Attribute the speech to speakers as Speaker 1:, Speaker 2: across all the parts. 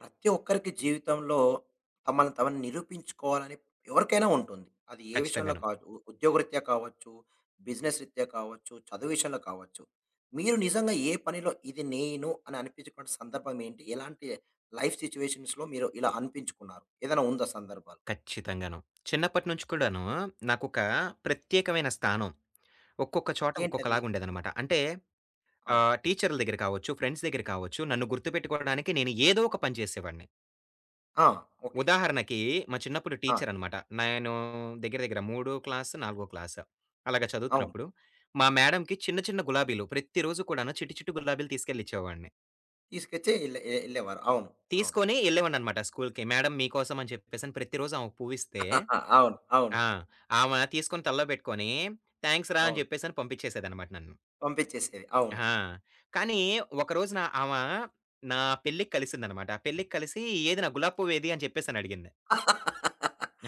Speaker 1: ప్రతి ఒక్కరికి జీవితంలో తమను తమను నిరూపించుకోవాలని ఎవరికైనా ఉంటుంది. అది ఏ విషయంలో
Speaker 2: ఖచ్చితంగాను.
Speaker 1: కావచ్చు. ఉద్యోగరీత్యా కావచ్చు, బిజినెస్ రీత్యా కావచ్చు, చదువు విషయంలో కావచ్చు. మీరు నిజంగా ఏ పనిలో ఇది నేను అని అనిపించుకున్న సందర్భం ఏంటి? ఎలాంటి లైఫ్ సిట్యుయేషన్స్‌లో మీరు ఇలా అనిపించుకున్నారు? ఏదైనా ఉందా సందర్భాలు?
Speaker 2: ఖచ్చితంగాను. చిన్నప్పటి నుంచి కూడాను నాకొక ప్రత్యేకమైన స్థానం. ఒక్కొక్క చోట
Speaker 1: ఏంటది?
Speaker 2: ఒక్కొక్కలాగుండేదనమాట. అంటే
Speaker 1: అవును.
Speaker 2: టీచర్ల దగ్గర కావచ్చు, ఫ్రెండ్స్ దగ్గర కావచ్చు, నన్ను గుర్తుపెట్టుకోవడానికి నేను ఏదో ఒక పని చేసేవాడిని.
Speaker 1: ఆ! ఓకే.
Speaker 2: ఉదాహరణకి మా చిన్నప్పుడు
Speaker 1: ఆ!
Speaker 2: టీచరనమాట. నేను దగ్గర దగ్గర మూడో క్లాస్, నాలుగో క్లాస్ అలాగా
Speaker 1: అవును.
Speaker 2: చదువుతున్నప్పుడు మా మేడమ్‌కి చిన్న చిన్న గులాబీలు ప్రతిరోజు కూడాను చిట్టి చిట్టి గులాబీలు తీసుకెళ్ళి ఇచ్చేవాడిని.
Speaker 1: తీసుకొచ్చి ఎళ్ళేవారు. అవును. అవును.
Speaker 2: తీసుకొని ఎళ్ళేవాడిననమాట స్కూల్‌కి. మేడమ్ మీకోసం అని చెప్పేసని ప్రతిరోజు ఆమెకు పువ్విస్తే
Speaker 1: అవును. అవును.
Speaker 2: ఆ! ఆమ తీసుకొని తలలో పెట్టుకొని, థాంక్స్ రా! అని
Speaker 1: అవును.
Speaker 2: చెప్పేసని పంపించేసేదనమాట నన్ను.
Speaker 1: పంపించేసేది. అవును.
Speaker 2: ఆ! కానీ ఒకరోజున ఆమ నా పెళ్ళికి కలిసిందనమాట. పెళ్ళికి కలిసి "ఏది నా గులాబీ పువ్వేది?" అని చెప్పేసని అడిగింది.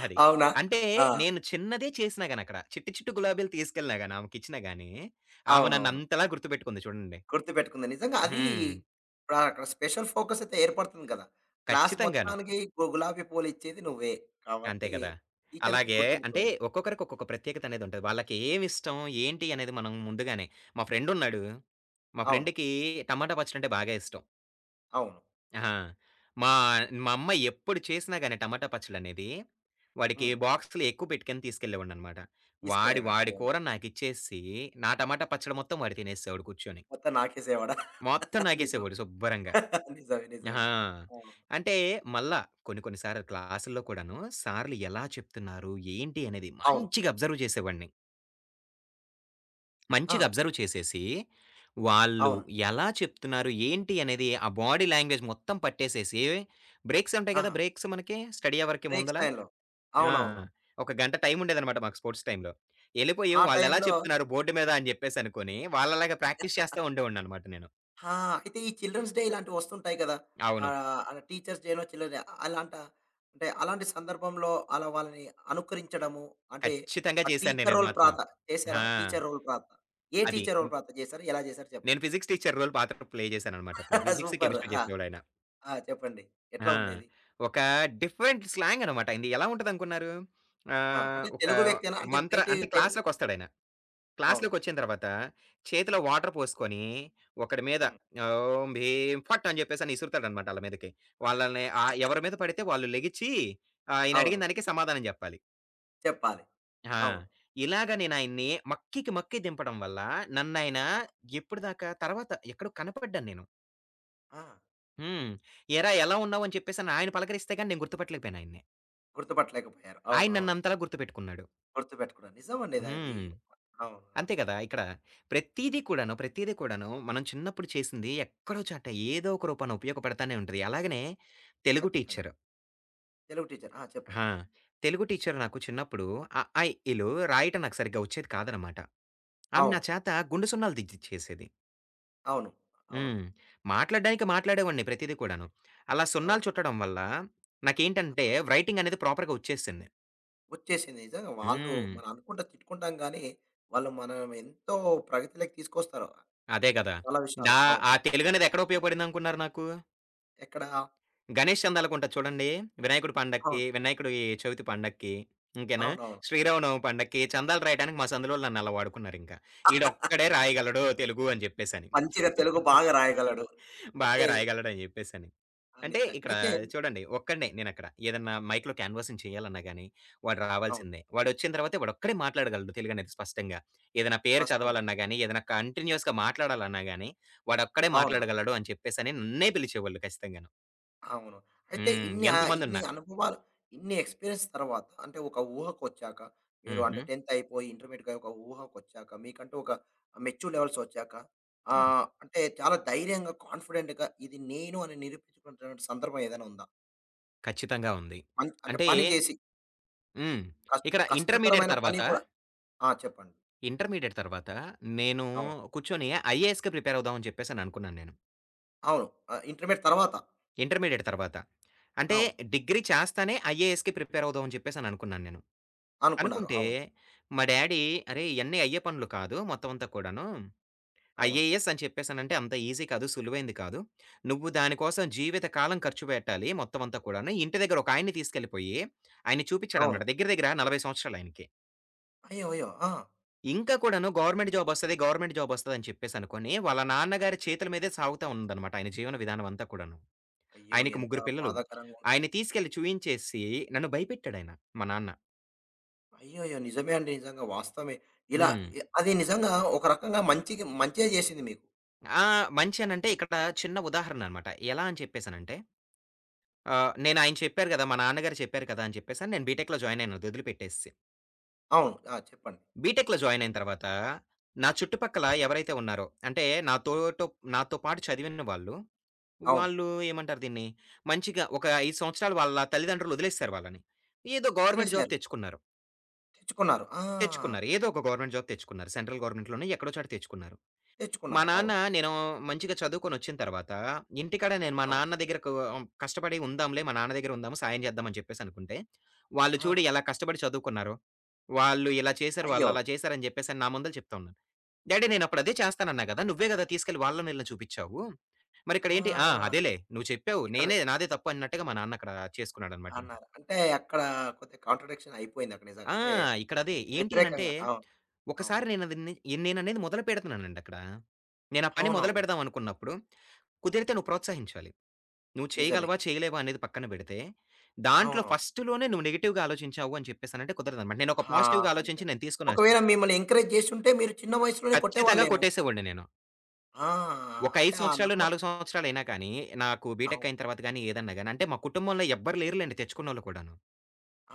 Speaker 2: అది.
Speaker 1: అవునా?
Speaker 2: అంటే
Speaker 1: ఆ!
Speaker 2: నేను చిన్నదే చేసినా గాని అక్కడ చిట్టి చిట్టి గులాబీలు తీసుకెళ్ళినా గాని ఆమెకిచ్చినా గాని ఆమె నన్ను
Speaker 1: అవునవును.
Speaker 2: అంతలా గుర్తుపెట్టుకుంది చూడండి.
Speaker 1: గుర్తుపెట్టుకుంది. నిజంగా అది
Speaker 2: హ్మ్.
Speaker 1: ఇప్పుడు అక్కడ స్పెషల్ ఫోకస్ అయితే ఏర్పడుతుంది కదా! క్లాస్
Speaker 2: ఖచ్చితంగాను.
Speaker 1: మొత్తానికి గులాబీ పూలు ఇచ్చేది నువ్వే.
Speaker 2: అంతే
Speaker 1: కాబట్టి
Speaker 2: కదా!
Speaker 1: టీచర్‌కి
Speaker 2: అలాగే అంటే
Speaker 1: గుర్తుండిపోయింది.
Speaker 2: ఒక్కొక్కరికి ఒక్కొక్క ప్రత్యేకతనేదుంటది. వాళ్ళకేమిష్టం, ఏంటి అనేది మనం ముందుగానే మా ఫ్రెండున్నాడు. మా
Speaker 1: అవును.
Speaker 2: ఫ్రెండ్‌కి టమాటా పచ్చడంటే బాగా ఇష్టం.
Speaker 1: అవును.
Speaker 2: ఆ! మా మా అమ్మ ఎప్పుడు చేసినా గాని టమాటా పచ్చడనేది, వాడికి
Speaker 1: హ్మ్.
Speaker 2: బాక్స్‌లో ఎక్కువ పెట్టుకొని తీసుకెళ్ళేవాడిననమాట. వాడు వాడి
Speaker 1: తీసుకెళ్ళేవారు.
Speaker 2: వాడి
Speaker 1: అవును.
Speaker 2: కూర నాకిచ్చేసి, నా టమాటా పచ్చడి మొత్తం వాడు తినేసేవాడు కూర్చొని.
Speaker 1: మొత్తం నాకేసేవాడా?
Speaker 2: మొత్తం
Speaker 1: నిజం.
Speaker 2: నాకేసేవాడు శుబ్బరంగా.
Speaker 1: నిజమే.
Speaker 2: ఆహా!
Speaker 1: నిజంగా. అవును.
Speaker 2: అంటే మళ్ళా కొన్ని కొన్ని సార్లు క్లాసుల్లో కూడాను సార్లు ఎలా చెప్తున్నారు? ఏంటి? అనేది
Speaker 1: అవును.
Speaker 2: మంచిగా అబ్జర్వ్ చేసేవాడిని.
Speaker 1: ఆ!
Speaker 2: మంచిగా అబ్జర్వ్ చేసేసి, వాళ్ళు
Speaker 1: అవును.
Speaker 2: ఎలా చెప్తున్నారు? ఏంటి? అనేది ఆ బాడీ లాంగ్వేజ్ మొత్తం పట్టేసేసి బ్రేక్స్ ఉంటాయి కదా!
Speaker 1: ఆహా!
Speaker 2: బ్రేక్స్ మనకి స్టడీ అవర్‌కి
Speaker 1: బ్రేక్స్
Speaker 2: ముందల.
Speaker 1: టైమ్‌లో.
Speaker 2: ఆ!
Speaker 1: అవునవును.
Speaker 2: ఒక గంట టైం ఉండేదనమాట మాకు స్పోర్ట్స్ టైమ్‌లో. ఎళ్ళిపోయి
Speaker 1: ఆ
Speaker 2: వాళ్ళెలా
Speaker 1: టైమ్‌లో
Speaker 2: చెప్తున్నారు బోర్డ్ మీద అని చెప్పేసి అనుకోని, వాళ్ళలాగా ప్రాక్టీస్ చేస్తా ఉండేవాడిననమాట నేను.
Speaker 1: ఆ! అయితే ఈ చిల్డ్రన్స్ డే ఇలాంటివి వస్తుంటాయి కదా!
Speaker 2: అవును.
Speaker 1: ఆహ్, అలా టీచర్స్ డేనో, చిల్డ్రన్ డే అలాంటా అంటే అలాంటి సందర్భంలో అలా వాళ్ళని అనుకరించడము అంటే
Speaker 2: ఖచ్చితంగా
Speaker 1: ఆ
Speaker 2: చేశాను
Speaker 1: టీచర్
Speaker 2: నేనది
Speaker 1: రోల్
Speaker 2: మాత్రం.
Speaker 1: ప్రాత చేశారా?
Speaker 2: ఆ!
Speaker 1: Teacher role ప్రాత. ఏ
Speaker 2: అది.
Speaker 1: టీచర్ రోల్ ప్రాత చేశారు? ఎలా చేశారు
Speaker 2: నేను
Speaker 1: చెప్పండి?
Speaker 2: ఫిజిక్స్ టీచర్ రోల్ పాత్ర ప్లే చేశాననమాట అప్పుడు. Physics,
Speaker 1: super.
Speaker 2: కెమిస్ట్రీ
Speaker 1: ఆ!
Speaker 2: చెప్పేవాడాయన.
Speaker 1: ఆ! చెప్పండి. ఎట్లా
Speaker 2: ఆ!
Speaker 1: ఉండేది?
Speaker 2: ఒక డిఫరెంట్ స్లాంగ్ అనమాట. ఆయనది ఎలా ఉంటదనుకున్నారు?
Speaker 1: ఆ! అంటే
Speaker 2: ఒక
Speaker 1: తెలుగు వ్యక్తేనా? అంటే
Speaker 2: మంత్ర
Speaker 1: బయటి
Speaker 2: అంటే
Speaker 1: బయటి
Speaker 2: క్లాస్‌లోకొస్తాడాయన.
Speaker 1: అవును.
Speaker 2: క్లాస్‌లోకొచ్చిన తర్వాత చేతిలో వాటర్ పోసుకొని, ఒకడి మీద
Speaker 1: హ్మ్.
Speaker 2: ఓం భీం ఫట్ అని చెప్పేసని ఇసురుతాడనమాట ఆళ్ళ మీదకి. వాళ్ళని ఎవరి మీద పడితే వాళ్ళు లెగిచి ఆయన
Speaker 1: అవును.
Speaker 2: అడిగిన దానికి సమాధానం జెప్పాలి.
Speaker 1: చెప్పాలి.
Speaker 2: ఆ!
Speaker 1: అవును.
Speaker 2: ఇలాగ నేను ఆయన్ని మక్కికి మక్కి దింపడం వల్ల నన్నయన ఎప్పటిదాకా తర్వాత ఎక్కడో కనపడ్డాను నేను.
Speaker 1: ఆ!
Speaker 2: హ్మ్. "ఏరా ఎలా ఉన్నావని" చెప్పేసని ఆయన పలకరిస్తే గాని నేను గుర్తుపట్టలేకపోయాను ఆయన్ని.
Speaker 1: గుర్తుపట్టలేకపోయారు.
Speaker 2: ఆయన
Speaker 1: అవునవును.
Speaker 2: నన్నంతలా గుర్తుపెట్టుకున్నాడు.
Speaker 1: గుర్తుపెట్టుకున్నారు. నిజమండి ఇది అవి.
Speaker 2: హ్మ్.
Speaker 1: అవును. అవును.
Speaker 2: అంతే కదా! ఇక్కడ ప్రతీదీ కూడాను, ప్రతీదీ కూడాను మనం చిన్నప్పుడు చేసింది ఎక్కడో చోట ఏదో ఒక రూపాన ఉపయోగపడతానే ఉంటది. అలాగనే తెలుగు
Speaker 1: ఖచ్చితంగా.
Speaker 2: Teacher
Speaker 1: Telugu teacher. ఆ! చెప్పండి.
Speaker 2: ఆ! తెలుగు టీచరు నాకు చిన్నప్పుడు అ, ఆ, ఇ, ఈలు రాయటం నాకు సరిగ్గా వచ్చేది కాదనమాట. ఆమె నా
Speaker 1: అవును.
Speaker 2: చేత గుండు సున్నాలు దిద్దిచ్చేసేది.
Speaker 1: అవును. అవును.
Speaker 2: హ్మ్. మాట్లాడడానికి మాట్లాడేవాడిని ప్రతీదీ కూడాను. అలా
Speaker 1: అవును.
Speaker 2: సున్నాలు చుట్టడం వల్ల నాకేంటంటే
Speaker 1: ఆహా!
Speaker 2: రైటింగ్ అనేది ప్రాపర్‌గా వచ్చేసింది.
Speaker 1: వచ్చేసింది. నిజంగా వాళ్ళు
Speaker 2: హ్మ్.
Speaker 1: మనం అనుకుంటా తిట్టుకుంటాం గానీ, వాళ్ళు మనం ఎంతో ప్రగతిలోకి తీసుకొస్తారు.
Speaker 2: అదే గదా!
Speaker 1: చాలా
Speaker 2: డా
Speaker 1: విషయాలు. అవును.
Speaker 2: ఆ తెలుగనేదెక్కడ ఉపయోగపడిందనుకున్నారు నాకు?
Speaker 1: ఎక్కడ
Speaker 2: గణేష్ చందాలకుంటది చూడండి. వినాయకుడి పండక్కి,
Speaker 1: అవును.
Speaker 2: వినాయకుడి చవితి పండక్కి, ఇంకేనా
Speaker 1: అవునవును.
Speaker 2: శ్రీరామనవమి పండక్కి చందాలు రాయడానికి మా సందులోళ్ళు నన్నలా వాడుకున్నారింక. "ఈడొక్కడే రాయగలడు తెలుగు" అని జెప్పేసని.
Speaker 1: మంచిగా తెలుగు బాగా రాయగలడు.
Speaker 2: బాగా
Speaker 1: అయితే
Speaker 2: రాయగలడని జెప్పేసని.
Speaker 1: ఆ!
Speaker 2: అంటే
Speaker 1: నిజంగా.
Speaker 2: ఇక్కడ
Speaker 1: అయితే
Speaker 2: చూడండి ఒక్కడినే నేనక్కడ. ఏదన్నా మైక్‌లో క్యాన్వాసింగ్ చేయాలన్నా గాని, వాడు
Speaker 1: అవును.
Speaker 2: రావాల్సిందే. వాడొచ్చిన తర్వాతే వాడొక్కడే మాట్లాడగలడు తెలుగనేది స్పష్టంగా. ఏదైనా పేరు
Speaker 1: స్పష్టంగా.
Speaker 2: చదవాలన్నా గాని, ఏదైనా కంటిన్యూయస్‌గా మాట్లాడాలన్నా గాని, వాడొక్కడే
Speaker 1: అవును.
Speaker 2: మాట్లాడగలడు అని చెప్పేసని నన్నే పిలిచేవాళ్ళు ఖచ్చితంగాను.
Speaker 1: అవును. అయితే
Speaker 2: హ్మ్.
Speaker 1: ఇన్ని ఇన్ని
Speaker 2: ఎంతమందున్నా.
Speaker 1: అనుభవాలు, ఇన్ని ఎక్స్‌పీరియన్స్ తర్వాత అంటే ఒక ఊహకొచ్చాక, మీరు అంటే
Speaker 2: హుహు.
Speaker 1: 10th అయిపోయి ఇంటర్మీడియట్‌గా ఒక ఊహకొచ్చాక, మీకంటూ ఒక మెచ్యూర్ లెవెల్సొచ్చాక
Speaker 2: అవును.
Speaker 1: ఆహ్, అంటే చాలా ధైర్యంగా, కాన్ఫిడెంట్‌గా ఇది నేను అని నిరూపించుకున్నటువంటి సందర్భం ఏదైనా ఉందా?
Speaker 2: ఖచ్చితంగా ఉంది.
Speaker 1: అంటే
Speaker 2: అంటే
Speaker 1: పని చేసి
Speaker 2: హ్మ్.
Speaker 1: కష్
Speaker 2: ఇక్కడ ఇంటర్మీడియేట్
Speaker 1: కష్టతరమైన పని
Speaker 2: తర్వాత,
Speaker 1: కూడా ఆ! చెప్పండి.
Speaker 2: ఇంటర్మీడియేట్ తర్వాత నేను
Speaker 1: అవును.
Speaker 2: కూర్చొని ఐఏఎస్‌కి ప్రిపేర్ అవుదాం అని చెప్పేసననుకున్నాను నేను.
Speaker 1: అవును. ఆహ్, ఇంటర్మీడియట్ తర్వాత.
Speaker 2: ఇంటర్మీడియేట్ తర్వాత. అంటే
Speaker 1: అవును.
Speaker 2: డిగ్రీ చేస్తానే ఐఏఎస్‌కి ప్రిపేర్ అవుదాం అని చెప్పేసి అని అనుకున్నాను నేను.
Speaker 1: అనుకున్నారు.
Speaker 2: అనుకుంటే
Speaker 1: అవును.
Speaker 2: మా డ్యాడీ "అరేయ్! ఇయన్నీ అయ్యే పనులు కాదు మొత్తం అంతా కూడాను.
Speaker 1: అవును.
Speaker 2: ఐఏఎస్ అని చెప్పేసనంటే అంత ఈజీ కాదు. సులువైంది కాదు. నువ్వు దానికోసం జీవితకాలం ఖర్చు పెట్టాలి మొత్తం అంతా కూడాను." ఇంటి దగ్గర ఒక ఆయన్ని తీసుకెళ్ళిపోయి ఆయన్ని
Speaker 1: అవును.
Speaker 2: చూపించాడనమాట. దగ్గర దగ్గర 40 సంవత్సరాలు ఆయనకి.
Speaker 1: అయ్యో! అయ్యో! ఆ!
Speaker 2: ఇంకా కూడాను గవర్నమెంట్ జాబ్ వస్తది, గవర్నమెంట్ జాబ్ వస్తది అని చెప్పేసి అనుకోని వాళ్ళ నాన్నగారి చేతుల మీదే సాగుతా ఉందన్నమాట ఆయన జీవన విధానం అంతా కూడాను.
Speaker 1: అయ్యో!
Speaker 2: ఆయనకి
Speaker 1: ఎంత
Speaker 2: ముగ్గురు పిల్లలు.
Speaker 1: బాధాకరంగా ఉంటదో.
Speaker 2: ఆయన్ని తీసుకెళ్ళి చూయించేసి నన్ను భయపెట్టాడాయన మా నాన్న.
Speaker 1: అయ్యయ్యో! నిజమే అండి. నిజంగా వాస్తవమే. ఇలా
Speaker 2: హ్మ్.
Speaker 1: అది నిజంగా ఒక రకంగా మంచికి మంచే చేసింది మీకు.
Speaker 2: ఆ! మంచి అనంటే ఇక్కడ చిన్న ఉదాహరణ అనమాట. ఎలా అని చెప్పేసనంటే నేను ఆయన చెప్పారు గదా! మా నాన్నగారు చెప్పారు కదా! అని చెప్పేసని నేను బీటెక్‌లో జాయిన్ అయ్యాను అది వదిలిపెట్టేసేసి.
Speaker 1: అవును. ఆ! చెప్పండి.
Speaker 2: బీటెక్‌లో జాయిన్ అయిన తర్వాత నా చుట్టుపక్కల ఎవరైతే ఉన్నారో అంటే నా తోటో నాతో పాటు చదివిన వాళ్ళు,
Speaker 1: అవును.
Speaker 2: వాళ్ళు ఏమంటారు దీన్ని మంచిగా ఒక 5 సంవత్సరాలు వాళ్ళ తల్లిదండ్రులు వదిలేసారు వాళ్ళని. ఏదో గవర్నమెంట్ జాబ్
Speaker 1: వదిలేసారు.
Speaker 2: తెచ్చుకున్నారు.
Speaker 1: తెచ్చుకున్నారు. ఆ!
Speaker 2: తెచ్చుకున్నారు. ఏదో ఒక గవర్నమెంట్ జాబ్ తెచ్చుకున్నారు. సెంట్రల్ గవర్నమెంట్‌లోనే ఎక్కడో చోట తెచ్చుకున్నారు. మా
Speaker 1: తెచ్చుకున్నారు.
Speaker 2: నాన్న
Speaker 1: అవును.
Speaker 2: నేను మంచిగా చదువుకొనొచ్చిన తర్వాత, ఇంటికాడ నేను మా
Speaker 1: అవును.
Speaker 2: నాన్న దగ్గర కష్టపడి ఉందాంలే, మా నాన్న దగ్గర ఉందాము, సాయం చేద్దామని చెప్పేసనుకుంటే, వాళ్ళు చూడు
Speaker 1: ఆ!
Speaker 2: ఎలా కష్టపడి చదువుకున్నారో, వాళ్ళు ఇలా చేశారు,
Speaker 1: అయ్యో!
Speaker 2: వాళ్ళలా చేశారని చెప్పేసని నా ముందల చెప్తా ఉన్నారు. డ్యాడీ నేనప్పుడు అదే చేస్తానన్నా గదా! నువ్వే గదా తీసుకెళ్ళి వాళ్ళని ఈళ్ళని చూపిచ్చావు.
Speaker 1: ఆ!
Speaker 2: మరిక్కడేంటి అదేలే నువ్వు చెప్పావు.
Speaker 1: ఇక్కడ
Speaker 2: నేనే నాదే తప్పు అన్నట్టుగా మా నాన్న అక్కడ చేసుకున్నాడనమాట ఇంక.
Speaker 1: అన్నారు. అంటే అక్కడ కొద్దిగా కాంట్రడిక్షన్ అయిపోయింది అక్కడ నిజంగా.
Speaker 2: ఆ!
Speaker 1: అంటే
Speaker 2: ఇక్కడదే ఏంటి అనంటే,
Speaker 1: వ్యతిరేకంగా. అవును. అవును.
Speaker 2: ఒకసారి నేనది నే నేననేది మొదలు పెడుతున్నానండి అక్కడ. నేను ఆ పని మొదలు
Speaker 1: అవునవును.
Speaker 2: పెడదాం అనుకున్నప్పుడు, కుదిరితే నువ్వు ప్రోత్సహించాలి. నువ్వు
Speaker 1: నిజమే.
Speaker 2: చేయగలవా? చేయలేవా? అనేది పక్కన పెడితే, దాంట్లో
Speaker 1: అవును.
Speaker 2: ఫస్ట్‌లోనే నువ్వు నెగెటివ్‌గా ఆలోచించావు అని చెప్పేసనంటే కుదరదనమాట. నేనొక
Speaker 1: ఆ!
Speaker 2: పాజిటివ్‌గా
Speaker 1: నిజం.
Speaker 2: ఆలోచించి నేను తీసుకున్న ఆ
Speaker 1: ఒకవేళ
Speaker 2: స్టెప్పు.
Speaker 1: మిమ్మల్ని ఎంకరేజ్ చేసుంటే మీరు చిన్న వయసులోనే
Speaker 2: ఖచ్చితంగా
Speaker 1: కొట్టేవాళ్ళేమో.
Speaker 2: కొట్టేసేవాడిని నేను.
Speaker 1: ఆ!
Speaker 2: ఒక 5
Speaker 1: అంటే ఆ
Speaker 2: సంవత్సరాలు,
Speaker 1: నమ్మకం
Speaker 2: 4 సంవత్సరాలైనా కానీ, నాకు బీటెక్
Speaker 1: అవును.
Speaker 2: అయిన తర్వాత గాని, ఏదన్నా గాని అంటే మా కుటుంబంలో ఎవ్వరు లేరులెండి తెచ్చుకున్నోళ్ళు కూడాను.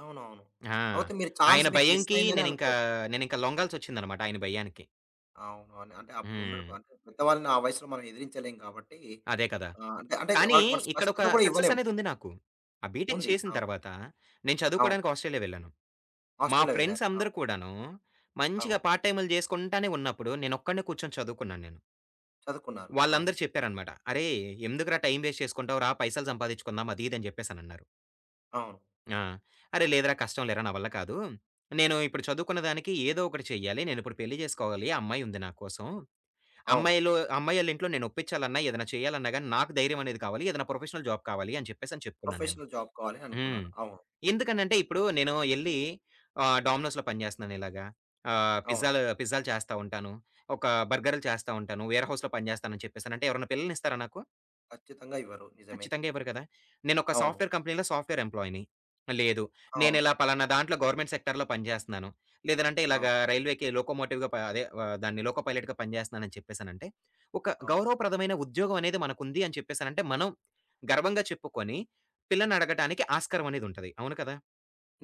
Speaker 1: అవునవును.
Speaker 2: ఆ!
Speaker 1: కాపోతే మీరు ఛాన్స్
Speaker 2: ఆయన
Speaker 1: మీకు మిస్
Speaker 2: భయంకి
Speaker 1: అయిందనే
Speaker 2: నేనింకా
Speaker 1: అనుకోవచ్చు.
Speaker 2: నేనింకా లొంగాల్సొచ్చిందనమాట ఆయన భయానికి.
Speaker 1: అవును. అని అంటే అప్పుడున్న
Speaker 2: హ్మ్.
Speaker 1: అంటే పెద్దవాళ్ళని ఆ వయసులో మనం ఎదిరించలేం కాబట్టి
Speaker 2: అదే కదా!
Speaker 1: ఆహ్, అంటే అంటే
Speaker 2: కానీ
Speaker 1: వాళ్ళకి మనం
Speaker 2: ఇక్కడొక
Speaker 1: స్పష్టత కూడా
Speaker 2: సక్సెస్
Speaker 1: ఇవ్వలేము.
Speaker 2: అనేదుంది నాకు. ఆ బీటెక్
Speaker 1: ఉంది.
Speaker 2: చేసిన
Speaker 1: అవును.
Speaker 2: తర్వాత నేను
Speaker 1: అవును.
Speaker 2: చదువుకోడానికి ఆస్ట్రేలియా వెళ్ళాను. మా
Speaker 1: ఆస్ట్రేలియా వెళ్లారు.
Speaker 2: ఫ్రెండ్స్ అందరూ
Speaker 1: అవును.
Speaker 2: కూడాను
Speaker 1: అవును.
Speaker 2: మంచిగా పార్ట్ టైములు చేసుకుంటానే ఉన్నప్పుడు నేనొక్కడినే కూర్చొని చదువుకున్నాను నేను.
Speaker 1: చదువుకున్నారు. అవును.
Speaker 2: వాళ్ళందరూ చెప్పారనమాట. "అరేయ్! ఎందుకురా టైం వేస్ట్ చేసుకుంటావు? రా పైసలు సంపాదించుకుందాం" అది ఇది అని చెప్పేసనన్నారు.
Speaker 1: అవును.
Speaker 2: ఆ! "అరే! లేదురా కష్టం లేరా నా వల్ల కాదు. నేను ఇప్పుడు చదువుకున్న దానికి ఏదో ఒకటి చెయ్యాలి. నేనిప్పుడు పెళ్లి చేసుకోవాలి. అమ్మాయుంది నా కోసం"
Speaker 1: అవును.
Speaker 2: అమ్మాయిలు అమ్మాయోళ్ళింట్లో నేనొప్పించాలన్నా, ఏదైనా చేయాలన్నా గాని, నాకు ధైర్యం అనేది కావాలి. ఏదైనా ప్రొఫెషనల్ జాబ్ కావాలి అని చెప్పేసని చెప్పుకున్నాను నేను.
Speaker 1: ప్రొఫెషనల్ జాబ్ కావాలి
Speaker 2: హ్మ్.
Speaker 1: అనుకున్నారు. అవును.
Speaker 2: ఎందుకనంటే, ఇప్పుడు నేను ఎళ్లి డోమినోస్‌లో పని జేస్తున్నాను ఇలాగా.
Speaker 1: అవును.
Speaker 2: పిజ్జాలు పిజ్జాలు చేస్తా ఉంటాను. ఒక బర్గర్‌లు చేస్తా ఉంటాను. వేర్ హౌస్‌లో పని జేస్తానని చెప్పేసనంటే, ఎవరైనా పిల్లలనిస్తారా నాకు?
Speaker 1: ఖచ్చితంగా ఇవ్వరు. నిజమే.
Speaker 2: ఖచ్చితంగా ఇవ్వరు కదా! నేనొక
Speaker 1: అవును.
Speaker 2: సాఫ్ట్‌వేర్ కంపెనీలో సాఫ్ట్‌వేర్ ఎంప్లాయ్‌ని. లేదు.
Speaker 1: అవును.
Speaker 2: నేనిలా పలానా దాంట్లో గవర్నమెంట్ సెక్టార్‌లో పనిజేస్తన్నాను. లేదనంటే
Speaker 1: అవును.
Speaker 2: ఇలాగా రైల్వేకి లోకోమోటివ్‌గా ప అదే దాన్ని లోకో పైలట్‌గా పనిజేస్తన్నానని చెప్పేసనంటే, ఒక
Speaker 1: అవును.
Speaker 2: గౌరవప్రదమైన ఉద్యోగం అనేది మనకుంది అని చెప్పేసనంటే, మనం గర్వంగా చెప్పుకొని పిల్లనడగటానికి ఆస్కారం అనేదుంటది. అవును కదా!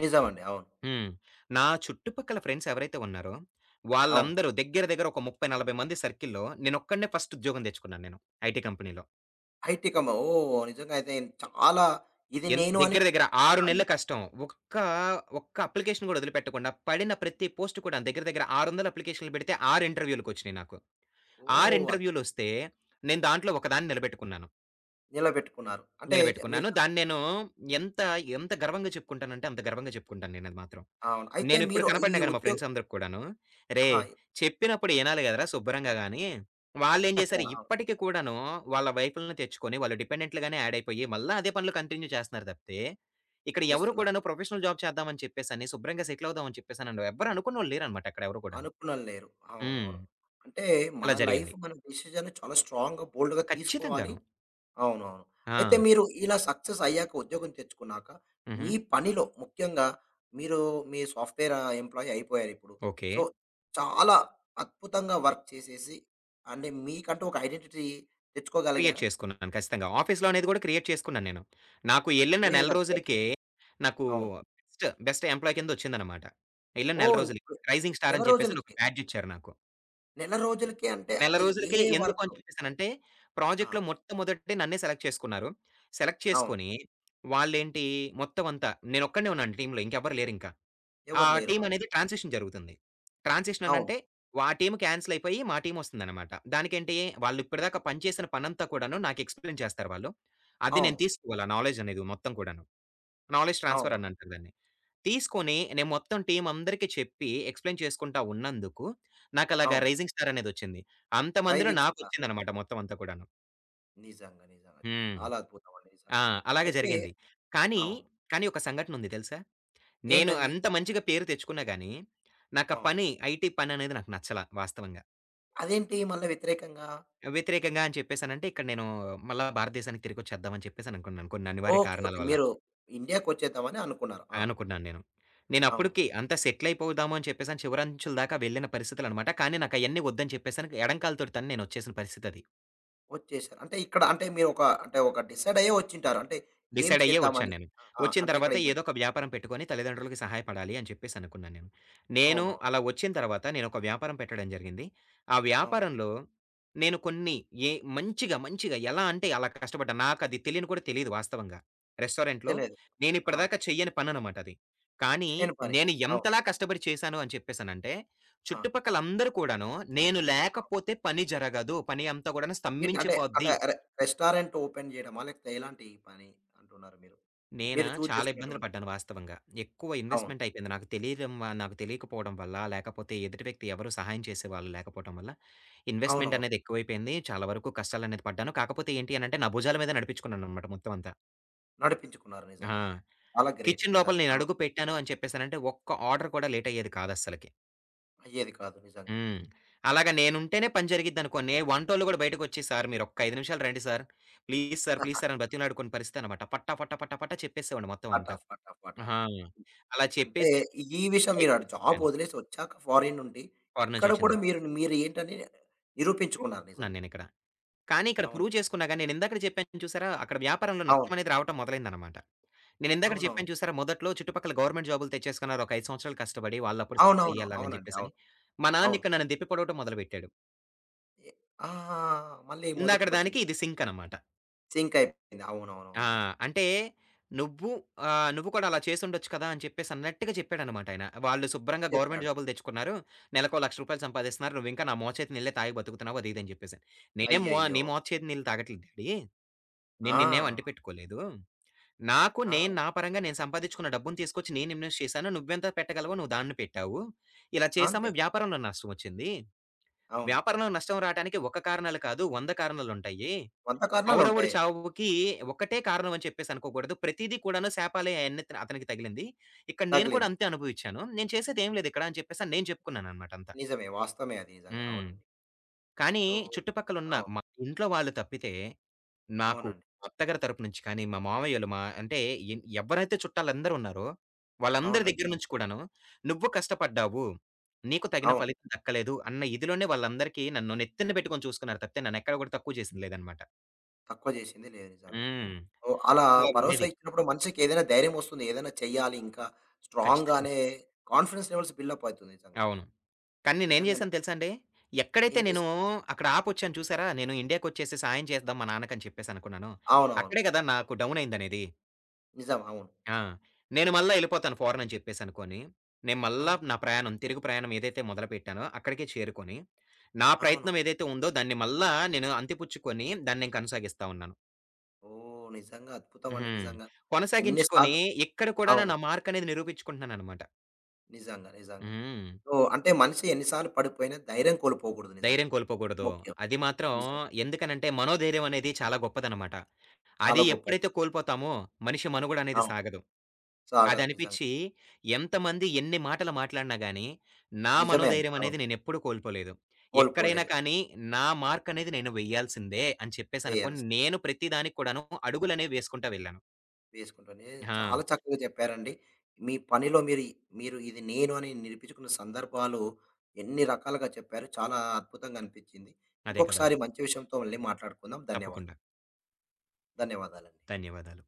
Speaker 1: నిజమండి. అవును.
Speaker 2: హ్మ్. నా చుట్టుపక్కల ఫ్రెండ్స్ ఎవరైతే ఉన్నారో,
Speaker 1: అవును.
Speaker 2: వాళ్ళందరూ దగ్గర దగ్గర ఒక 30, 40 మంది సర్కిల్‌లో నేనొక్కడినే ఫస్ట్ ఉద్యోగం దెచ్చుకున్నాను నేను ఐటీ కంపెనీలో.
Speaker 1: ఐటీ కం ఓహ్! నిజంగా అయితే చాలా ఇది నేను అని
Speaker 2: దగ్గర దగ్గర 6 నెలలు కష్టం. ఒక్క, ఒక్క అప్లికేషన్ గూడా వదిలిపెట్టకుండా పడిన ప్రతి పోస్ట్ కూడా దగ్గర దగ్గర 600 అప్లికేషన్‌లు పెడితే 6 ఇంటర్వ్యూలకొచ్చినియి నాకు. 6
Speaker 1: ఓహ్!
Speaker 2: ఇంటర్వ్యూలొస్తే నేను దాంట్లో ఒకదాన్ని నిలబెట్టుకున్నాను.
Speaker 1: నిలబెట్టుకున్నారు. అంటే మీరు
Speaker 2: నిలబెట్టుకున్నాను. దాన్ని నేను ఎంత, ఎంత గర్వంగా చెప్పుకుంటానంటే అంత గర్వంగా చెప్పుకుంటాను నేనది మాత్రం.
Speaker 1: అవును. అయితే
Speaker 2: నేనిప్పుడు
Speaker 1: మీరు ఈ
Speaker 2: కనపడినా గాని మా
Speaker 1: ఉద్యో
Speaker 2: ఫ్రెండ్స్ అందరికి కూడాను,
Speaker 1: ఆహా!
Speaker 2: "రేయ్! చెప్పినప్పుడు ఇనాలి గదరా శుభ్రంగా" గాని, వాళ్ళేం జేశారు
Speaker 1: అవును.
Speaker 2: ఇప్పటికి కూడాను వాళ్ళ వైఫుల్ని తెచ్చుకొని, వాళ్ళు డిపెండెంట్‌లుగానే యాడ్ అయిపోయి, మళ్ళా అదే పనులు కంటిన్యూ చేస్తన్నారు తప్పితే, ఇక్కడ ఎవరు
Speaker 1: చేస్తున్నారు.
Speaker 2: కూడాను ప్రొఫెషనల్ జాబ్ చేద్దామని చెప్పేసని, శుభ్రంగా సెటిల్ అవుదాం అని చెప్పేసని ఎవ్వరు అనుకున్నోళ్ళు లేరనమాట అక్కడ ఎవరు కూడాను.
Speaker 1: అనుకున్నోళ్ళు లేరు.
Speaker 2: హ్మ్.
Speaker 1: అవునవును. అంటే మన
Speaker 2: అలా
Speaker 1: లైఫ్
Speaker 2: జరిగింది.
Speaker 1: మన డెసిషన్ చాలా స్ట్రాంగ్‌గా, బోల్డ్‌గా తీసుకోవాలి.
Speaker 2: ఖచ్చితంగాను.
Speaker 1: అవునవును. అయితే
Speaker 2: ఆ!
Speaker 1: మీరు ఇలా సక్సెస్ అయ్యాక, ఉద్యోగం తెచ్చుకున్నాక,
Speaker 2: హుహు.
Speaker 1: మీ పనిలో ముఖ్యంగా మీరు మీ సాఫ్ట్‌వేర్ ఆహ్, ఎంప్లాయీ అయిపోయారిప్పుడు.
Speaker 2: ఓకే.
Speaker 1: సో, చాలా అద్భుతంగా వర్క్ చేసేసి అంటే మీకంటూ ఒక ఐడెంటిటీ
Speaker 2: క్రియేట్
Speaker 1: తెచ్చుకోగలిగారా?
Speaker 2: చేసుకున్నాను. ఖచ్చితంగా. ఆఫీస్‌లో అనేది కూడా క్రియేట్ చేసుకున్నాను నేను. నాకు ఎళ్ళిన
Speaker 1: ఏ
Speaker 2: నెల
Speaker 1: విధంగా?
Speaker 2: రోజులకే నాకు
Speaker 1: అవును.
Speaker 2: బెస్ట్ ఎంప్లాయీ కిందొచ్చిందనమాట. ఎళ్ళిన నెల
Speaker 1: ఓహ్!
Speaker 2: రోజులకి. రైజింగ్ స్టార్
Speaker 1: నెల
Speaker 2: అని చెప్పేసి ఒక
Speaker 1: రోజులకే.
Speaker 2: బ్యాడ్జ్ ఇచ్చారు నాకు.
Speaker 1: నెల రోజులకే అంటే,
Speaker 2: నెల
Speaker 1: అంటే
Speaker 2: రోజులకే
Speaker 1: ఏ
Speaker 2: ఎందుకు
Speaker 1: వర్క్
Speaker 2: అని చెప్పేసానంటే,
Speaker 1: ఆ!
Speaker 2: ప్రాజెక్ట్‌లో మొట్టమొదటి నన్నే సెలెక్ట్ చేసుకున్నారు. సెలెక్ట్
Speaker 1: అవును.
Speaker 2: చేసుకొని, వాళ్ళేంటి మొత్తం అంతా నేనొక్కడినే ఉన్నాను టీమ్‌లో ఇంకెవ్వరు లేరింకా. ఆ
Speaker 1: ఎవరు లేరు.
Speaker 2: టీమ్
Speaker 1: అవును.
Speaker 2: అనేది ట్రాన్సిషన్ జరుగుతుంది. ట్రాన్సిషన్
Speaker 1: అవును.
Speaker 2: అనంటే, టీమ్ కాన్సెల్ అయిపోయి మా టీమ్ వస్తుందన్నమాట. దానికేంటి వాళ్ళు ఇప్పటిదాకా పని చేసిన పనంతా కూడాను నాకు ఎక్స్‌ప్లెయిన్ చేస్తారు వాళ్ళు. అది
Speaker 1: అవును.
Speaker 2: నేను తీసుకోవాలి ఆ నాలెడ్జ్ అనేది మొత్తం కూడాను. నాలెడ్జ్ ట్రాన్స్‌ఫర్
Speaker 1: అవును.
Speaker 2: అని అంటారు దాన్ని. తీసుకొని నేను మొత్తం టీమ్ అందరికీ చెప్పి ఎక్స్‌ప్లెయిన్ చేసుకుంటా ఉన్నందుకు నాకు అలాగా
Speaker 1: అవును.
Speaker 2: 'రైజింగ్ స్టార్' అనేదొచ్చింది. అంతమందిలో
Speaker 1: 'రైజింగ్ స్టార్'
Speaker 2: నాకొచ్చిందన్నమాట మొత్తం అంతా కూడాను.
Speaker 1: నిజంగా. నిజంగా.
Speaker 2: హ్మ్.
Speaker 1: చాలా అద్భుతం అండి నిజంగా.
Speaker 2: ఆ! అలాగే
Speaker 1: అయితే
Speaker 2: జరిగింది. కానీ,
Speaker 1: అవును.
Speaker 2: కానీ ఒక సంఘటన ఉంది తెలుసా? నేను
Speaker 1: ఏంటది?
Speaker 2: అంత మంచిగా పేరు తెచ్చుకున్నా గానీ, నాకా
Speaker 1: అవును.
Speaker 2: పని, ఐటీ పననేది నాకు నచ్చల వాస్తవంగా.
Speaker 1: అదేంటి మళ్ళా వ్యతిరేకంగా?
Speaker 2: వ్యతిరేకంగా అని చెప్పేసనంటే, ఇక్కడ నేను మళ్ళా భారతదేశానికి తిరిగొచ్చేద్దామని చెప్పేసనుకున్నాను. కొన్ని అనివార్య
Speaker 1: ఓకే.
Speaker 2: కారణాల
Speaker 1: ఓకే.
Speaker 2: వల్ల.
Speaker 1: మీరు ఇండియాకొచ్చేద్దామని అనుకున్నారు. ఆ!
Speaker 2: అనుకున్నాను నేను.
Speaker 1: అవును.
Speaker 2: నేనప్పటికి అంతా సెటిలయిపోదాము అని చెప్పేసని చివరంచుల దాకా వెళ్ళిన పరిస్థితులనమాట. కానీ, నాకయన్నీ వద్దని చెప్పేసని ఎడంకాలుతోటి తన్ని నేనొచ్చేసిన పరిస్థితది.
Speaker 1: వచ్చేసారు. అంటే ఇక్కడ అంటే మీరు ఒక అంటే ఒక డిసైడ్ అయ్యే వచ్చుంటారు. అంటే ఏం
Speaker 2: డిసైడ్ అయ్యే
Speaker 1: చేద్దామని.
Speaker 2: వచ్చాను నేను.
Speaker 1: ఆ! ఆ!
Speaker 2: వచ్చిన
Speaker 1: అంటే ఇక్కడ
Speaker 2: తర్వాత
Speaker 1: ఏ
Speaker 2: ఏదో ఒక వ్యాపారం పెట్టుకొని తల్లిదండ్రులకి సహాయపడాలి అని చెప్పేసి అనుకున్నాను నేను. నేను
Speaker 1: అవునవును. అవును.
Speaker 2: అలా వచ్చిన తర్వాత నేను ఒక వ్యాపారం పెట్టడం జరిగింది. ఆ
Speaker 1: అవును
Speaker 2: వ్యాపారంలో నేను కొన్ని ఏ మంచిగా ఎలా అంటే అలా కష్టపడ్డా. నాకది తెలియని కూడా తెలీదు వాస్తవంగా. రెస్టారెంట్‌లో
Speaker 1: తెలియదు.
Speaker 2: నేను
Speaker 1: అవును.
Speaker 2: ఇప్పటిదాకా చెయ్యని పననమాట అది. కానీ
Speaker 1: చేయని పని.
Speaker 2: నేను
Speaker 1: అవును.
Speaker 2: ఎంతలా కష్టపడి చేశాను అని చెప్పేసనంటే
Speaker 1: ఆ!
Speaker 2: చుట్టుపక్కలందరూ కూడాను నేను
Speaker 1: ఆ!
Speaker 2: లేకపోతే పని జరగదు. పని అంతా కూడాను
Speaker 1: ఏంటి అంటే అంటే
Speaker 2: స్తంభించిపోద్ది.
Speaker 1: Restaurant open జేయడమా? లేకపోతే ఎలాంటి పని అంటున్నారు మీరు?
Speaker 2: నేనా?
Speaker 1: మీరు చూజ్
Speaker 2: చాలా ఇబ్బందులు
Speaker 1: చేసుకున్నటువంటి
Speaker 2: పడ్డాను వాస్తవంగా. ఎక్కువ
Speaker 1: అవును.
Speaker 2: ఇన్వెస్ట్‌మెంట్ అయిపోయింది. నాకు తెలియడం వ నాకు తెలియకపోవడం వల్ల, లేకపోతే ఎదుటి వ్యక్తి ఎవరు సహాయం చేసేవాళ్ళు లేకపోవటం వల్ల, ఇన్వెస్ట్‌మెంట్
Speaker 1: అవునవును.
Speaker 2: అనేది ఎక్కువైపోయింది. చాలా వరకు కష్టాలనేది పడ్డాను. కాకపోతే ఏంటి అనంటే, నా భుజాల మీద నడిపించుకున్నాననమాట మొత్తం అంతా.
Speaker 1: నడిపించుకున్నారు
Speaker 2: ఆ!
Speaker 1: నిజంగా. చాలా గ్రేట్
Speaker 2: కిచెన్ లోపల
Speaker 1: నిజంగా.
Speaker 2: నేను
Speaker 1: అవును.
Speaker 2: అడుగు పెట్టాను అని చెప్పేసనంటే, ఒక్క ఆర్డర్ కూడా లేట్ అయ్యేది కాదస్సలకి.
Speaker 1: అయ్యేది కాదు నిజంగా.
Speaker 2: హ్మ్. అలాగా నేనుంటేనే పని జరిగిద్దనుకోండి. వంటోళ్ళు కూడా బయటకొచ్చి, "సార్ మీరొక్క 5 నిమిషాలు రండి sir. Please sir, please sir" అని బతిమిలాడుకునే పరిస్థితనమాట. పట్టా, పట్టా, పట్టా, పట్టా చెప్పేసేవాడిని మొత్తం
Speaker 1: పార్ట్
Speaker 2: అంతా.
Speaker 1: Half, part half, part half.
Speaker 2: ఆ! అలా
Speaker 1: అంటే
Speaker 2: చెప్పేసేసి
Speaker 1: ఈ విషయం మీరు అటు జాబ్
Speaker 2: పైకొచ్చింది.
Speaker 1: వదిలేసి వచ్చాక ఫారెన్ నుండి
Speaker 2: ఫారిన్
Speaker 1: ఇక్కడ
Speaker 2: నుంచొచ్చిన
Speaker 1: కూడా
Speaker 2: తర్వాత.
Speaker 1: మీరు మీరు ఏంటని
Speaker 2: ప్రూవ్
Speaker 1: నిరూపించుకున్నారు
Speaker 2: చేసుకున్నాను
Speaker 1: నిజంగా.
Speaker 2: నేనిక్కడ. కానీ ఇక్కడ హ్మ్.
Speaker 1: అవును.
Speaker 2: ప్రూవ్ చేసుకున్నా గాని నేనిందాకడ చెప్పాను చూసారా? అక్కడ వ్యాపారంలో
Speaker 1: అవును.
Speaker 2: నష్టమనేది రావటం మొదలైందనమాట. నేనిందాకడ
Speaker 1: అవునవును.
Speaker 2: చెప్పాను చూసారా? మొదట్లో చుట్టుపక్కల గవర్నమెంట్ జాబులు తెచ్చేసుకున్నారు. ఒక 5 సంవత్సరాలు కష్టపడి వాళ్ళప్పుడు సెటిల్ అయ్యి
Speaker 1: అవునవును.
Speaker 2: అలాగని
Speaker 1: అవునండి. అవును.
Speaker 2: చెప్పేసని. మా
Speaker 1: అవును.
Speaker 2: నాన్నిక్కడ నన్ను తిప్పి పొడవటం మొదలుపెట్టాడు.
Speaker 1: ఎ ఆ! మళ్ళీ
Speaker 2: ఇందాకడ దానికి
Speaker 1: మొదటికొచ్చింది.
Speaker 2: ఇది సింకనమాట.
Speaker 1: సింక్ అయిపోయింది.
Speaker 2: ఆ!
Speaker 1: అవునవునవును.
Speaker 2: అంటే నువ్వు నువ్వు కూడా అలా చేసుండొచ్చు కదా! అని చెప్పేసి అన్నట్టుగా చెప్పాడనమాట ఆయన. వాళ్ళు శుభ్రంగా గవర్నమెంట్
Speaker 1: చెప్పాడు.
Speaker 2: జాబులు తెచ్చుకున్నారు. నెలకో ₹1,00,000 సంపాదిస్తున్నారు. నువ్వింకా నా మోచేతి నీళ్ళే తాగి బతుకుతున్నావు అది ఇది అని చెప్పేసని. నేనేం మో
Speaker 1: అయ్యయ్యో!
Speaker 2: నీ మోచేతి నీళ్ళు తాగట్లేదు డాడీ. నేను
Speaker 1: ఆ!
Speaker 2: నిన్నేం అంటి పెట్టుకోలేదు. నాకు
Speaker 1: ఆ!
Speaker 2: నేను నా పరంగా నేను సంపాదించుకున్న డబ్బుని తీసుకొచ్చి నేను ఇన్వెస్ట్ చేశాను. నువ్వెంత పెట్టగలవో నువ్వు దాన్ని పెట్టావు. ఇలా చేసాము
Speaker 1: అంతే.
Speaker 2: వ్యాపారంలో నష్టం వచ్చింది.
Speaker 1: అవును.
Speaker 2: వ్యాపారంలో నష్టం రావటానికి ఒక కారణాలు కాదు 100 కారణాలుంటాయి.
Speaker 1: వంద
Speaker 2: కౌరవుడి
Speaker 1: కారణాలుంటాయి.
Speaker 2: చావుకి ఒకటే కారణం అని చెప్పేసి అనుకోకూడదు. ప్రతీదీ కూడాను శాపాలే అయన్నీ అతనికి తగిలింది. ఇక్కడ నేను కూడా
Speaker 1: తగిలింది.
Speaker 2: అంతే అనుభవిచ్చాను. నేను చేసేదేమి లేదు ఇక్కడ అని చెప్పేసి అని నేను చెప్పుకున్నాననమాట అంతా.
Speaker 1: నిజమే. వాస్తవమే అది నిజంగా.
Speaker 2: హ్మ్.
Speaker 1: అవునండి.
Speaker 2: కానీ
Speaker 1: సో
Speaker 2: చుట్టుపక్కలున్న
Speaker 1: అవును.
Speaker 2: మా ఇంట్లో వాళ్ళు తప్పితే నాకు
Speaker 1: అవునండి.
Speaker 2: మా అత్తగారి తరపు నుంచి కానీ, మా మామయ్యోళ్ళు మా అంటే ఎవరైతే చుట్టాలందరూ ఉన్నారో వాళ్ళందరి
Speaker 1: అవునండి.
Speaker 2: దగ్గర నుంచి కూడాను "నువ్వు కష్టపడ్డావు. నీకు తగిన
Speaker 1: అవును.
Speaker 2: ఫలితం దక్కలేదు" అన్న ఇదిలోనే వాళ్ళందరికీ నన్ను నెత్తిన పెట్టుకొని చూసుకున్నారు తప్పితే నన్నెక్కడ కూడా తక్కువ చేసింది లేదనమాట.
Speaker 1: తక్కువ చేసింది లేదు నిజంగా.
Speaker 2: హ్మ్.
Speaker 1: ఓహ్! అలా
Speaker 2: అలా
Speaker 1: భరోసా
Speaker 2: ఉండేది.
Speaker 1: ఇచ్చినప్పుడు మనిషికి ఏదైనా ధైర్యమొస్తుంది. ఏదైనా చెయ్యాలి ఇంకా స్ట్రాంగ్‌గా
Speaker 2: ఖచ్చితంగా.
Speaker 1: అనే కాన్ఫిడెన్స్ లెవెల్స్ బిల్డప్ అవుతుంది నిజంగా.
Speaker 2: అవును. కానీ నేనేం
Speaker 1: నిజంగానే.
Speaker 2: చేశాను తెలుసా అండి? ఎక్కడైతే
Speaker 1: ఏం
Speaker 2: నేను
Speaker 1: చేసా
Speaker 2: అక్కడ ఆపొచ్చాను చూసారా? నేను ఇండియాకొచ్చేసి సాయం చేద్దాం మా నాన్నకని చెప్పేసనుకున్నాను.
Speaker 1: అవునవును.
Speaker 2: అక్కడే కదా నాకు డౌన్ అయిందనేది.
Speaker 1: నిజం. అవును.
Speaker 2: ఆ! నేను మళ్ళా ఎళ్ళిపోతాను ఫారెన్ అని చెప్పేసనుకోని, నేను మళ్ళా
Speaker 1: అవును.
Speaker 2: నా ప్రయాణం, తిరుగు ప్రయాణం ఏదైతే మొదలుపెట్టానో అక్కడికే చేరుకొని, నా
Speaker 1: అవును.
Speaker 2: ప్రయత్నం ఏదైతే ఉందో దాన్ని మళ్ళా నేను అంతిపుచ్చుకొని దాన్ని నేను కొనసాగిస్తా ఉన్నాను.
Speaker 1: ఓహ్! నిజంగా అద్భుతమండి
Speaker 2: హ్మ్.
Speaker 1: నిజంగా. ఎన్ని
Speaker 2: కొనసాగించుకొని
Speaker 1: సార్లు
Speaker 2: ఇక్కడ కూడా
Speaker 1: అవును.
Speaker 2: నా మార్కనేది నిరూపించుకుంటున్నాననమాట.
Speaker 1: నిజంగా. నిజంగా.
Speaker 2: హ్మ్.
Speaker 1: సో, అంటే మనిషి ఎన్ని సార్లు పడిపోయినా ధైర్యం కోల్పోకూడదు నిజంగా.
Speaker 2: ధైర్యం కోల్పోకూడదు.
Speaker 1: ముఖ్యం.
Speaker 2: అది మాత్రం
Speaker 1: నిజంగా.
Speaker 2: ఎందుకనంటే మనోధైర్యం అనేది చాలా గొప్పదనమాట. అది
Speaker 1: చాలా గొప్పది.
Speaker 2: ఎప్పుడైతే కోల్పోతామో మనిషి మనుగడ అనేది
Speaker 1: అవును.
Speaker 2: సాగదు.
Speaker 1: సాగదు నిజంగా.
Speaker 2: అదనిపిచ్చి ఎంతమంది ఎన్ని మాటలు మాట్లాడినా గాని నా
Speaker 1: నిజమే అండి.
Speaker 2: మనోధైర్యం అనేది
Speaker 1: అవును.
Speaker 2: నేనెప్పుడు కోల్పోలేదు. ఎక్కడైనా
Speaker 1: కోల్పోలేదు.
Speaker 2: కానీ నా మార్క్ అనేది నేను వెయ్యాల్సిందే అని చెప్పేసనుకోని
Speaker 1: వేయాల్సి
Speaker 2: నేను ప్రతి దానికి కూడాను అడుగులనేవి వేసుకుంటా వెళ్ళాను.
Speaker 1: వేసుకుంటూనే చాలా
Speaker 2: ఆ!
Speaker 1: చక్కగా చెప్పారండి. మీ పనిలో మీరు, మీరు ఇది నేను అని నిరూపించుకున్న సందర్భాలు ఎన్ని రకాలుగా చెప్పారు. చాలా అద్భుతంగా అనిపించింది.
Speaker 2: అదే కదా!
Speaker 1: ఇంకొకసారి మంచి విషయంతో మళ్ళీ మాట్లాడుకుందాం. ధన్యవాదాలు.
Speaker 2: తప్పకుండా.
Speaker 1: ధన్యవాదాలండి.
Speaker 2: ధన్యవాదాలు.